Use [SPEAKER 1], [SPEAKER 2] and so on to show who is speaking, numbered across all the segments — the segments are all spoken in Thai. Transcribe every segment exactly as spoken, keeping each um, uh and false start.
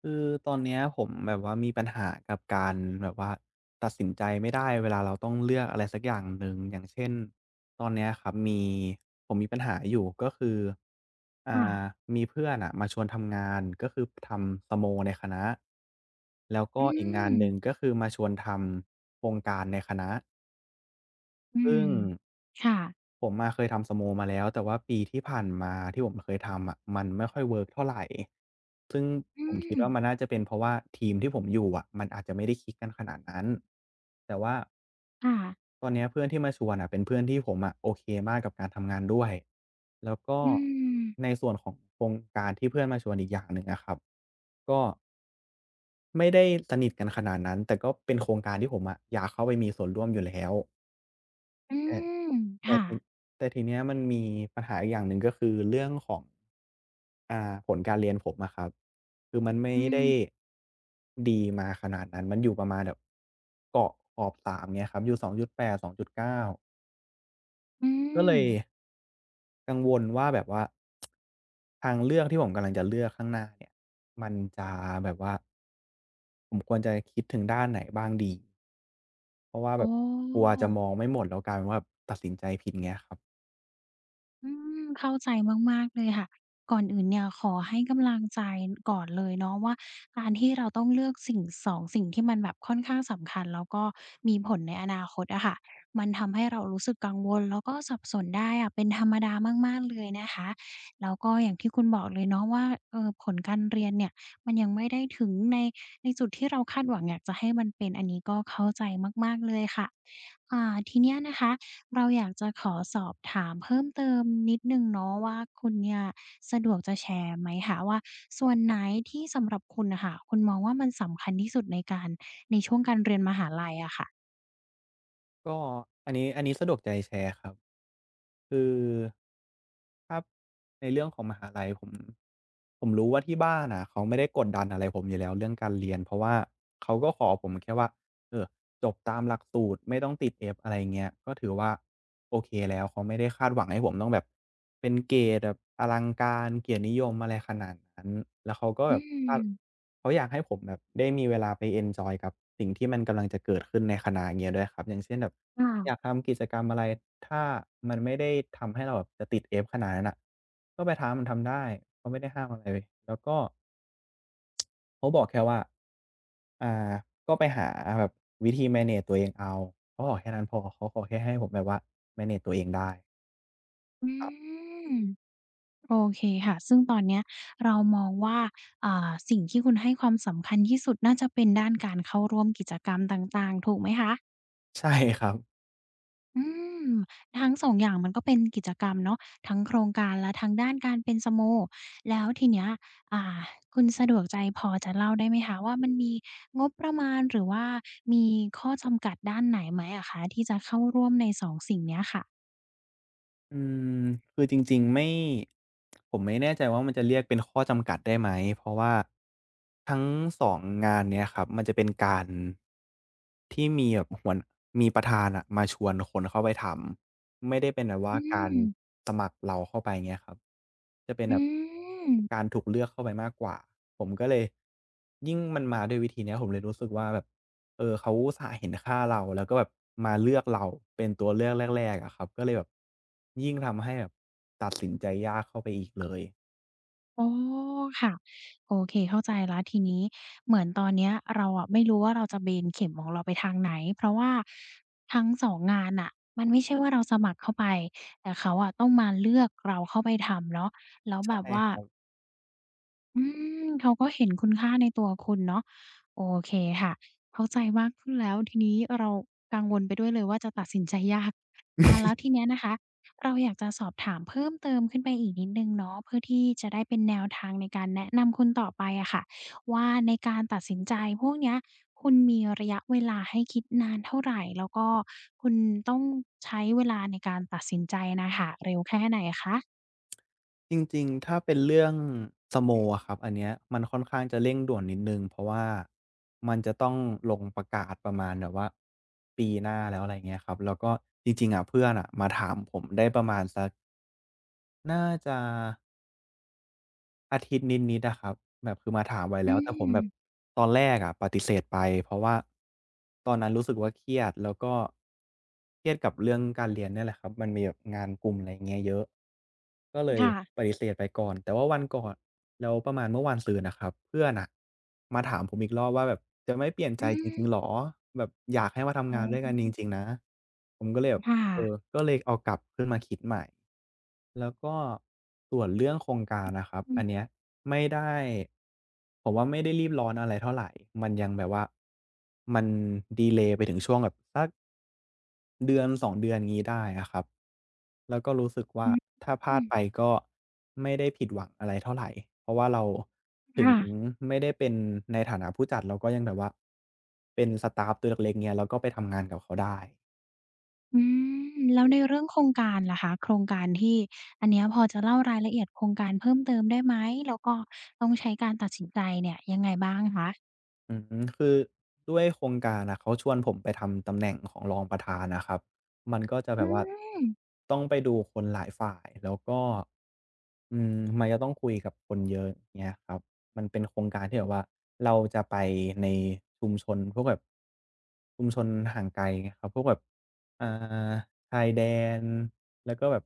[SPEAKER 1] คือตอนเนี้ยผมแบบว่ามีปัญหากับการแบบว่าตัดสินใจไม่ได้เวลาเราต้องเลือกอะไรสักอย่างหนึ่งอย่างเช่นตอนเนี้ยครับมีผมมีปัญหาอยู่ก็คืออ่า
[SPEAKER 2] ค่ะ
[SPEAKER 1] มีเพื่อนอะมาชวนทำงานก็คือทำสโมในคณะแล้ว
[SPEAKER 2] อื
[SPEAKER 1] ก็อีกงาน
[SPEAKER 2] ม
[SPEAKER 1] หนึ่งก็คือมาชวนทำโครงการในคณะ
[SPEAKER 2] อื
[SPEAKER 1] ซึ่
[SPEAKER 2] ม
[SPEAKER 1] ง
[SPEAKER 2] ค่ะ
[SPEAKER 1] ผมอะเคยทำสโมมาแล้วแต่ว่าปีที่ผ่านมาที่ผมเคยทำอะมันไม่ค่อยเวิร์กเท่าไรซึ่ง
[SPEAKER 2] อื
[SPEAKER 1] ผมคิด
[SPEAKER 2] ม
[SPEAKER 1] ว่ามันน่าจะเป็นเพราะว่าทีมที่ผมอยู่อะมันอาจจะไม่ได้คลิกกันขนาดนั้นแต่ว่า
[SPEAKER 2] ค่ะ
[SPEAKER 1] ตอนเนี้ยเพื่อนที่มาชวนอะเป็นเพื่อนที่ผมอะโอเคมากกับการทำงานด้วยแล้วก็
[SPEAKER 2] อื
[SPEAKER 1] ใน
[SPEAKER 2] ม
[SPEAKER 1] ส่วนของโครงการที่เพื่อนมาชวนอีกอย่างหนึ่งอะครับก็ไม่ได้สนิทกันขนาดนั้นแต่ก็เป็นโครงการที่ผมอะอยากเข้าไปมีส่วนร่วมอยู่แล้ว
[SPEAKER 2] อื
[SPEAKER 1] แต่
[SPEAKER 2] ม
[SPEAKER 1] แต่
[SPEAKER 2] ค่ะ
[SPEAKER 1] ทีแต่ทีเนี้ยมันมีปัญหาอีกอย่างหนึ่งก็คือเรื่องของอ่าผลการเรียนผมอะครับคือมันไม่
[SPEAKER 2] อื
[SPEAKER 1] ได้
[SPEAKER 2] ม
[SPEAKER 1] ดีมาขนาดนั้นมันอยู่ประมาณแบบเกาะขอบสามเงี้ยครับอยู่สองจุดแปด สองจุดเก้ากา
[SPEAKER 2] อื
[SPEAKER 1] ก็
[SPEAKER 2] ม
[SPEAKER 1] เลยกังวลว่าแบบว่าทางเลือกที่ผมกำลังจะเลือกข้างหน้าเนี่ยมันจะแบบว่าผมควรจะคิดถึงด้านไหนบ้างดีเพราะว่า
[SPEAKER 2] โอ้อ
[SPEAKER 1] แบบกลัวจะมองไม่หมดแล้วกลายเป็นว่าแบบตัดสินใจผิดเงี้ยครับ
[SPEAKER 2] อืมเข้าใจมากๆเลยค่ะก่อนอื่นเนี่ยขอให้กำลังใจก่อนเลยเนาะว่าการที่เราต้องเลือกสิ่งสองสิ่งที่มันแบบค่อนข้างสำคัญแล้วก็มีผลในอนาคตอะค่ะมันทำให้เรารู้สึกกังวลแล้วก็สับสนได้อะเป็นธรรมดามากๆเลยนะคะแล้วก็อย่างที่คุณบอกเลยเนาะว่าเอ่อผลการเรียนเนี่ยมันยังไม่ได้ถึงในในจุดที่เราคาดหวังอยากจะให้มันเป็นอันนี้ก็เข้าใจมากๆเลยค่ะอ่าทีเนี้ยนะคะ เราอยากจะขอสอบถามเพิ่มเติมนิดหนึ่งเนาะว่าคุณเนี่ยสะดวกจะแชร์ไหมคะว่าส่วนไหนที่สำหรับคุณน่ะค่ะคุณมองว่ามันสำคัญที่สุดในการในช่วงการเรียนมหาลัยอะค่ะ
[SPEAKER 1] ก็อันนี้อันนี้สะดวกใจแชร์ครับคือถ้าในเรื่องของมหาลัยผมผมรู้ว่าที่บ้านอะเขาไม่ได้กดดันอะไรผมอยู่แล้วเรื่องการเรียนเพราะว่าเขาก็ขอผมแค่ว่า เออจบตามหลักสูตรไม่ต้องติด F อะไรเงี้ยก็ถือว่าโอเคแล้วเขาไม่ได้คาดหวังให้ผมต้องแบบเป็นเกรดแบบอลังการเกียรตินิยมอะไรขนาดนั้นแล้วเขาก็
[SPEAKER 2] อื
[SPEAKER 1] แบบคาด
[SPEAKER 2] ม
[SPEAKER 1] เขาอยากให้ผมแบบได้มีเวลาไปเอนจอยกับสิ่งที่มันกำลังจะเกิดขึ้นในคณะเงี้ยด้วยครับอย่างเช่นแบบอยาก
[SPEAKER 2] ค่ะ
[SPEAKER 1] ทำกิจกรรมอะไรถ้ามันไม่ได้ทำให้เราแบบจะติด F ขนาดนั้นน่ะก็ไปทำมันทำได้เขาไม่ได้ห้ามอะไรแล้วก็ เขาบอกแค่ว่า อ่า ก็ไปหาแบบวิธี manage ตัวเองเอาเขาบอกแค่นั้นพอ เขาขอแค่ให้ผมแบบว่า manage ตัวเองได้
[SPEAKER 2] อืมโอเคค่ะซึ่งตอนเนี้ยเรามองว่าอ่าสิ่งที่คุณให้ความสำคัญที่สุดน่าจะเป็นด้านการเข้าร่วมกิจกรรมต่างๆถูกไหมคะ
[SPEAKER 1] ใช่ครับ
[SPEAKER 2] อืมทั้งสองอย่างมันก็เป็นกิจกรรมเนาะทั้งโครงการและทางด้านการเป็นสโมแล้วทีเนี้ยอ่าคุณสะดวกใจพอจะเล่าได้ไหมคะว่ามันมีงบประมาณหรือว่ามีข้อจำกัดด้านไหนไหมอะคะที่จะเข้าร่วมในสองสิ่งเนี้ยค่ะ
[SPEAKER 1] อืมคือจริงๆไม่ผมไม่แน่ใจว่ามันจะเรียกเป็นข้อจำกัดได้ไหมเพราะว่าทั้งสองงงานเนี้ยครับมันจะเป็นการที่มีแบบหัวมีประธานอะมาชวนคนเข้าไปทำไม่ได้เป็นแบบ
[SPEAKER 2] อื
[SPEAKER 1] ว่าการ
[SPEAKER 2] ม
[SPEAKER 1] สมัครเราเข้าไปเงี้ยครับจะเป็น
[SPEAKER 2] อื
[SPEAKER 1] แบบ
[SPEAKER 2] ม
[SPEAKER 1] การถูกเลือกเข้าไปมากกว่าผมก็เลยยิ่งมันมาด้วยวิธีเนี้ยผมเลยรู้สึกว่าแบบ เออเขาอุตส่าห์เห็นค่าเราแล้วก็แบบมาเลือกเราเป็นตัวเลือกแรกๆอะครับก็เลยแบบยิ่งทำให้แบบตัดสินใจยากเข้าไปอีกเลย
[SPEAKER 2] อ๋อค่ะโอเคเข้าใจแล้วทีนี้เหมือนตอนเนี้ยเราอะไม่รู้ว่าเราจะเบนเข็มของเราไปทางไหนเพราะว่าทั้งสองงานน่ะมันไม่ใช่ว่าเราสมัครเข้าไปแต่เขาอะต้องมาเลือกเราเข้าไปทำเนาะแล้วแบ
[SPEAKER 1] ใช่
[SPEAKER 2] บว่า
[SPEAKER 1] ครับ
[SPEAKER 2] อืมเขาก็เห็นคุณค่าในตัวคุณเนาะโอเคค่ะเข้าใจมากขึ้นแล้วทีนี้เรากังวลไปด้วยเลยว่าจะตัดสินใจยากอาแล้วทีเนี้ยนะคะเราอยากจะสอบถามเพิ่มเติมขึ้นไปอีกนิดหนึ่งเนาะเพื่อที่จะได้เป็นแนวทางในการแนะนำคุณต่อไปอะค่ะว่าในการตัดสินใจพวกเนี้ยคุณมีระยะเวลาให้คิดนานเท่าไรแล้วก็คุณต้องใช้เวลาในการตัดสินใจน่ะค่ะเร็วแค่ไหนคะ
[SPEAKER 1] จริงๆถ้าเป็นเรื่องสโมอะครับอันเนี้ยมันค่อนข้างจะเร่งด่วนนิดหนึ่งเพราะว่ามันจะต้องลงประกาศประมาณแบบว่าปีหน้าแล้วอะไรเงี้ยครับแล้วก็จริงๆอะเพื่อนอะมาถามผมได้ประมาณสักน่าจะ อาทิตย์นิดๆอะครับแบบคือมาถามไว้
[SPEAKER 2] อื
[SPEAKER 1] แล้วแต่ผมแบบ
[SPEAKER 2] ม
[SPEAKER 1] ตอนแรกอะปฏิเสธไปเพราะว่าตอนนั้นรู้สึกว่าเครียดแล้วก็เครียดกับเรื่องการเรียนเนี่ยแหละครับมันมีแบบงานกลุ่มอะไรอย่างเงี้ยเยอะก็เลย
[SPEAKER 2] ค่ะ
[SPEAKER 1] ปฏิเสธไปก่อนแต่ว่าวันก่อนแล้วประมาณเมื่อวานซืนน่ะครับเพื่อนน่ะมาถามผมอีกรอบว่าแบบจะไม่เปลี่ยน
[SPEAKER 2] อื
[SPEAKER 1] ใจจ
[SPEAKER 2] ม
[SPEAKER 1] ริงๆเหรอแบบอยากให้มา
[SPEAKER 2] อ๋
[SPEAKER 1] ทำงานด้วยกันจริง
[SPEAKER 2] อ
[SPEAKER 1] ๆนะผมก็เลยแบบ
[SPEAKER 2] ค่ะ
[SPEAKER 1] เออก็เลยเอากลับขึ้นมาคิดใหม่ แล้วก็ส่วนเรื่องโครงการนะครับ
[SPEAKER 2] อืม
[SPEAKER 1] อันเนี้ยไม่ได้ผมว่าไม่ได้รีบร้อนอะไรเท่าไรมันยังแบบว่ามันดีเลย์ไปถึงช่วงแบบสักเดือนสองเดือนงี้ได้อะครับแล้วก็รู้สึกว่า
[SPEAKER 2] อืม
[SPEAKER 1] ถ้าพ
[SPEAKER 2] อื
[SPEAKER 1] ลาด
[SPEAKER 2] ม
[SPEAKER 1] ไปก็ไม่ได้ผิดหวังอะไรเท่าไรเพราะว่าเราถึง
[SPEAKER 2] ค่ะ
[SPEAKER 1] ไม่ได้เป็นในฐานะผู้จัดเราก็ยังแบบว่าเป็นสตาฟตัวเล็กๆเงี้ยเราก็ไปทำงานกับเขาได้
[SPEAKER 2] อืมแล้วในเรื่องโครงการล่ะคะโครงการที่อันเนี้ยพอจะเล่ารายละเอียดโครงการเพิ่มเติมได้ไหมแล้วก็ต้องใช้การตัดสินใจเนี่ยยังไงบ้างคะ
[SPEAKER 1] อืมคือด้วยโครงการอะเขาชวนผมไปทำตำแหน่งของรองประธานนะครับมันก็จะแบ
[SPEAKER 2] อื
[SPEAKER 1] บว่า
[SPEAKER 2] ม
[SPEAKER 1] ต้องไปดูคนหลายฝ่ายแล้วก็อืมมันจะต้องคุยกับคนเยอะเงี้ยครับมันเป็นโครงการที่แบบว่าเราจะไปในชุมชนพวกแบบชุมชนห่างไกลครับพวกแบบอ่าชายแดน แล้วก็แบบ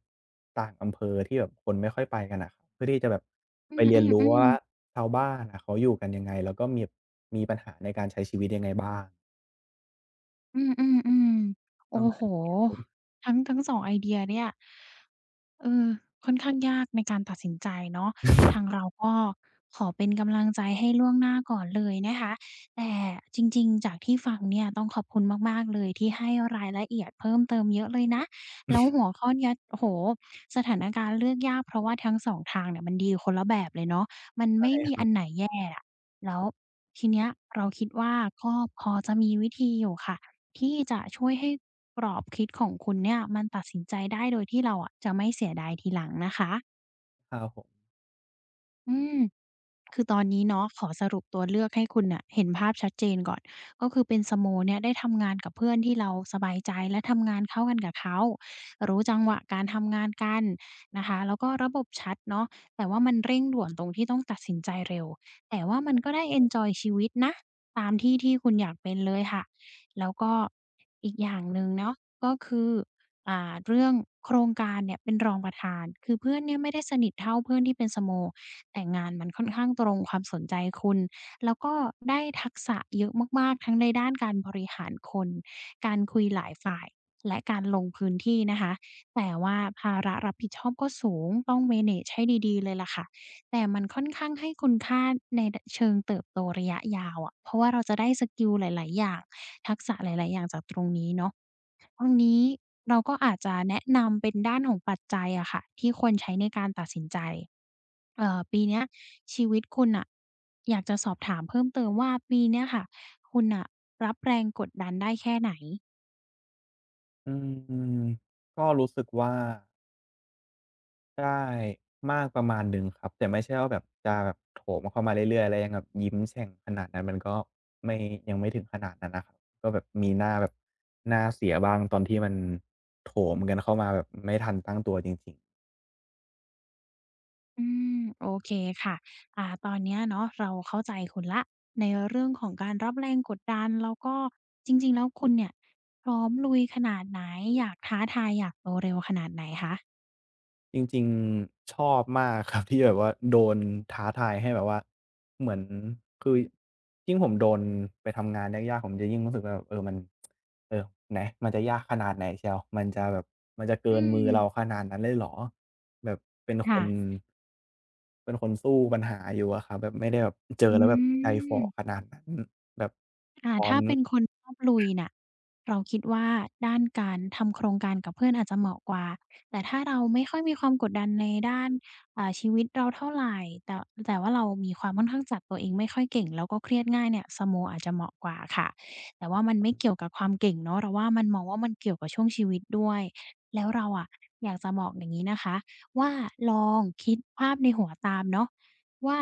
[SPEAKER 1] ต่างอำเภอที่แบบคนไม่ค่อยไปกันอะครับเพื่อที่จะแบบ
[SPEAKER 2] อ
[SPEAKER 1] ไปเรียนรู้
[SPEAKER 2] ือ
[SPEAKER 1] ว่า
[SPEAKER 2] ๆๆ
[SPEAKER 1] ชาวบ้านอะเขาอยู่กันยังไงแล้วก็มีมีปัญหาในการใช้ชีวิตยังไงบ้าง
[SPEAKER 2] อือๆๆ
[SPEAKER 1] ป
[SPEAKER 2] โอ้
[SPEAKER 1] ระมา
[SPEAKER 2] โฮ
[SPEAKER 1] ณนี้น
[SPEAKER 2] ทั้งทั้งสองไอเดียเนี่ย เออค่อนข้างยากในการตัดสินใจเนาะทางเราก็ขอเป็นกำลังใจให้ล่วงหน้าก่อนเลยนะคะแต่จริงๆจากที่ฟังเนี่ยต้องขอบคุณมากๆเลยที่ให้รายละเอียดเพิ่มเติมเยอะเลยนะแล้วหัวข้อเนี้ยโอ้โฮสถานการณ์เลือกยากเพราะว่าทั้งสองทางเนี่ยมันดีคนละแบบเลยเนาะมัน
[SPEAKER 1] ใช่
[SPEAKER 2] ไม่มี
[SPEAKER 1] ครั
[SPEAKER 2] อันไหน
[SPEAKER 1] บ
[SPEAKER 2] แย่อะแล้วทีเนี้ยเราคิดว่าก็พอจะมีวิธีอยู่ค่ะ ที่จะช่วยให้กรอบคิดของคุณเนี่ยมันตัดสินใจได้โดยที่เราอะจะไม่เสียดายทีหลังนะคะ
[SPEAKER 1] ครับผม
[SPEAKER 2] อืม คือตอนนี้เนาะขอสรุปตัวเลือกให้คุณน่ะเห็นภาพชัดเจนก่อนก็คือเป็นสโมเนี่ยได้ทำงานกับเพื่อนที่เราสบายใจและทำงานเข้ากันกับเขารู้จังหวะการทำงานกันนะคะแล้วก็ระบบชัดเนาะแต่ว่ามันเร่งด่วนตรงที่ต้องตัดสินใจเร็วแต่ว่ามันก็ได้เอนจอยชีวิตนะตามที่ที่คุณอยากเป็นเลยค่ะแล้วก็อีกอย่างหนึ่งเนาะก็คืออ่าเรื่องโครงการเนี่ยเป็นรองประธานคือเพื่อนเนี่ยไม่ได้สนิทเท่าเพื่อนที่เป็นสโม แต่งานมันค่อนข้างตรงความสนใจคุณ แล้วก็ได้ทักษะเยอะมากๆทั้งในด้านการบริหารคน การคุยหลายฝ่าย และการลงพื้นที่นะคะ แต่ว่าภาระรับผิดชอบก็สูงต้อง manage ให้ดีๆเลยล่ะค่ะ แต่มันค่อนข้างให้คุณค่าในดเชิงเติบโตระยะยาวอะเพราะว่าเราจะได้สกิลหลายๆอย่างทักษะหลายๆอย่างจากตรงนี้เนาะตรงนี้เราก็อาจจะแนะนำเป็นด้านของปัจจัยอะค่ะที่ควรใช้ในการตัดสินใจเอ่อปีเนี้ยชีวิตคุณน่ะอยากจะสอบถามเพิ่มเติมว่าปีเนี้ยค่ะคุณน่ะรับแรงกดดันได้แค่ไหน
[SPEAKER 1] อืมก็รู้สึกว่าได้มากประมาณหนึ่งครับแต่ไม่ใช่ว่าแบบจะแบบโถมเข้ามาเรื่อยๆแล้วยังแบบยิ้มแฉ่งขนาดนั้นมันก็ไม่ยังไม่ถึงขนาดนั้นนะครับก็แบบมีหน้าแบบหน้าเสียบ้างตอนที่มันโถมกันเข้ามาแบบไม่ทันตั้งตัวจริงๆ
[SPEAKER 2] อืมโอเคค่ะอ่าตอนเนี้ยเนาะเราเข้าใจคุณแล้วในเรื่องของการรับแรงกดดันแล้วก็จริงๆแล้วคุณเนี่ยพร้อมลุยขนาดไหนอยากท้าทายอยากโตเร็วขนาดไหนคะ
[SPEAKER 1] จริงๆชอบมากครับ ที่แบบว่าโดนท้าทายให้แบบว่าเหมือนคือยิ่งผมโดนไปทำงานยากๆผมจะยิ่งรู้สึกว่าแบบเออมันเออไหนมันจะยากขนาดไหนเชียวมันจะแบบมันจะเกิ
[SPEAKER 2] อื
[SPEAKER 1] น
[SPEAKER 2] ม
[SPEAKER 1] มือเราขนาดนั้นเลยเหรอแบบเป็นค
[SPEAKER 2] ค่ะ
[SPEAKER 1] นเป็นคนสู้ปัญหาอยู่อะครับแบบไม่ได้แบบเจอ
[SPEAKER 2] อื
[SPEAKER 1] แล้วแบบใจฝ่อข
[SPEAKER 2] ม
[SPEAKER 1] นาดนั้นแบบ
[SPEAKER 2] ค่ะ
[SPEAKER 1] พร้อ
[SPEAKER 2] ถ้า
[SPEAKER 1] ม
[SPEAKER 2] เป็นคนชอบลุยน่ะเราคิดว่าด้านการทำโครงการกับเพื่อนอาจจะเหมาะกว่าแต่ถ้าเราไม่ค่อยมีความกดดันในด้านอ่าชีวิตเราเท่าไรแต่แต่ว่าเรามีความค่อนข้างจัดตัวเองไม่ค่อยเก่งแล้วก็เครียดง่ายเนี่ยสโมอาจจะเหมาะกว่าค่ะแต่ว่ามันไม่เกี่ยวกับความเก่งเนาะเราว่ามันมองว่ามันเกี่ยวกับช่วงชีวิตด้วยแล้วเราอะอยากจะบอกอย่างงี้นะคะว่าลองคิดภาพในหัวตามเนาะว่า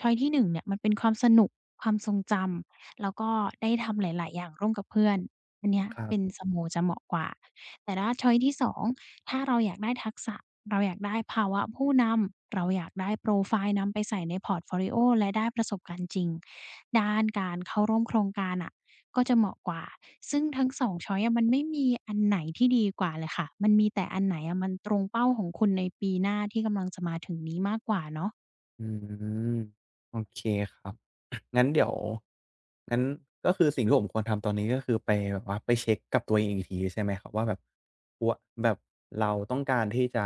[SPEAKER 2] ช้อยที่หนึ่งเนี่ยมันเป็นความสนุกความทรงจำ แล้วก็ได้ทำหลายๆอย่างร่วมกับเพื่อนอันเนี้ย
[SPEAKER 1] ครั
[SPEAKER 2] เป็น
[SPEAKER 1] บ
[SPEAKER 2] Sumo จะเหมาะกว่าแต่ถ้าช้อยส์ที่สองถ้าเราอยากได้ทักษะเราอยากได้ภาวะผู้นำเราอยากได้โพรไฟล์นำไปใส่ในพอร์ตโฟลิโอและได้ประสบการณ์จริงด้านการเข้าร่วมโครงการน่ะก็จะเหมาะกว่าซึ่งทั้งสองช้อยส์อะมันไม่มีอันไหนที่ดีกว่าเลยค่ะมันมีแต่อันไหนอะมันตรงเป้าของคุณในปีหน้าที่กำลังจะมาถึงนี้มากกว่าเนาะ
[SPEAKER 1] อืมโอเคครับ งั้นเดี๋ยวงั้นก็คือสิ่งที่ผมควรทำตอนนี้ก็คือไปแบบว่าไปเช็กกับตัวเองอีกทีใช่ไหมครับว่าแบบวแบบเราต้องการที่จะ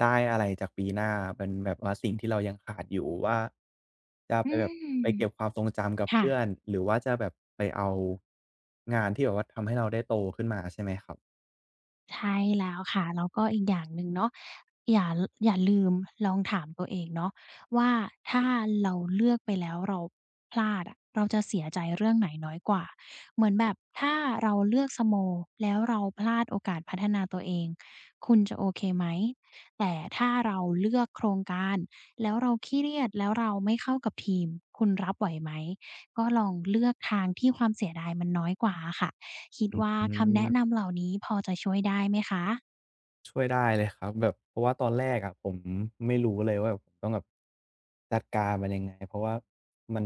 [SPEAKER 1] ได้อะไรจากปีหน้าเป็นแบบว่าสิ่งที่เรายังขาดอยู่ว่าจะ
[SPEAKER 2] อื
[SPEAKER 1] ไปแบบไป
[SPEAKER 2] ม
[SPEAKER 1] เก็บความทรงจำกับ
[SPEAKER 2] ค่ะ
[SPEAKER 1] เพื่อนหรือว่าจะแบบไปเอางานที่แบบว่าทำให้เราได้โตขึ้นมาใช่ไหมครับ
[SPEAKER 2] ใช่แล้วค่ะแล้วก็อีกอย่างหนึ่งเนาะอย่าอย่าลืมลองถามตัวเองเนาะว่าถ้าเราเลือกไปแล้วเราพลาดอะเราจะเสียใจเรื่องไหนน้อยกว่าเหมือนแบบถ้าเราเลือกสโมแล้วเราพลาดโอกาสพัฒนาตัวเองคุณจะโอเคไหมแต่ถ้าเราเลือกโครงการแล้วเราขี้เลียจแล้วเราไม่เข้ากับทีมคุณรับไหวไหมก็ลองเลือกทางที่ความเสียดายมันน้อยกว่าอะค่ะ คิด
[SPEAKER 1] อ
[SPEAKER 2] ว่า
[SPEAKER 1] ื
[SPEAKER 2] คำ
[SPEAKER 1] ม
[SPEAKER 2] แนะนำเหล่านี้พอจะช่วยได้ไหมคะ
[SPEAKER 1] ช่วยได้เลยครับแบบเพราะว่าตอนแรกอะผมไม่รู้เลยว่าผมต้องแบบจัดการมันยังไงเพราะว่ามัน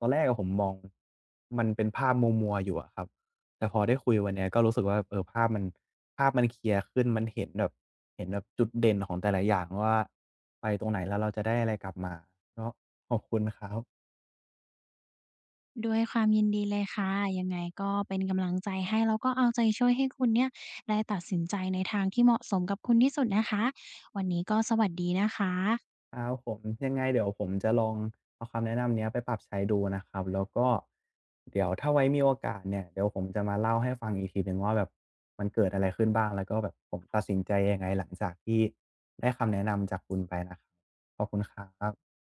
[SPEAKER 1] ตอนแรกอะผมมองมันเป็นภาพมัวๆอยู่อะครับแต่พอได้คุยวันเนี้ยก็รู้สึกว่าเออภาพมันภาพมันเคลียร์ขึ้นมันเห็นแบบเห็นแบบจุดเด่นของแต่ละอย่างว่าไปตรงไหนแล้วเราจะได้อะไรกลับมาก็ขอบคุณครับ
[SPEAKER 2] ด้วยความยินดีเลยค่ะยังไงก็เป็นกำลังใจให้แล้วก็เอาใจช่วยให้คุณเนี่ยได้ตัดสินใจในทางที่เหมาะสมกับคุณที่สุดนะคะวันนี้ก็สวัสดีนะคะ
[SPEAKER 1] ครับผมยังไงเดี๋ยวผมจะลองเอาคำแนะนำเนี้ยไปปรับใช้ดูนะครับแล้วก็เดี๋ยวถ้าไว้มีโอกาสเนี่ยเดี๋ยวผมจะมาเล่าให้ฟังอีกทีหนึ่งว่าแบบมันเกิดอะไรขึ้นบ้างแล้วก็แบบผมตัดสินใจยังไงหลังจากที่ได้คำแนะนำจากคุณไปนะครับขอบคุณครับ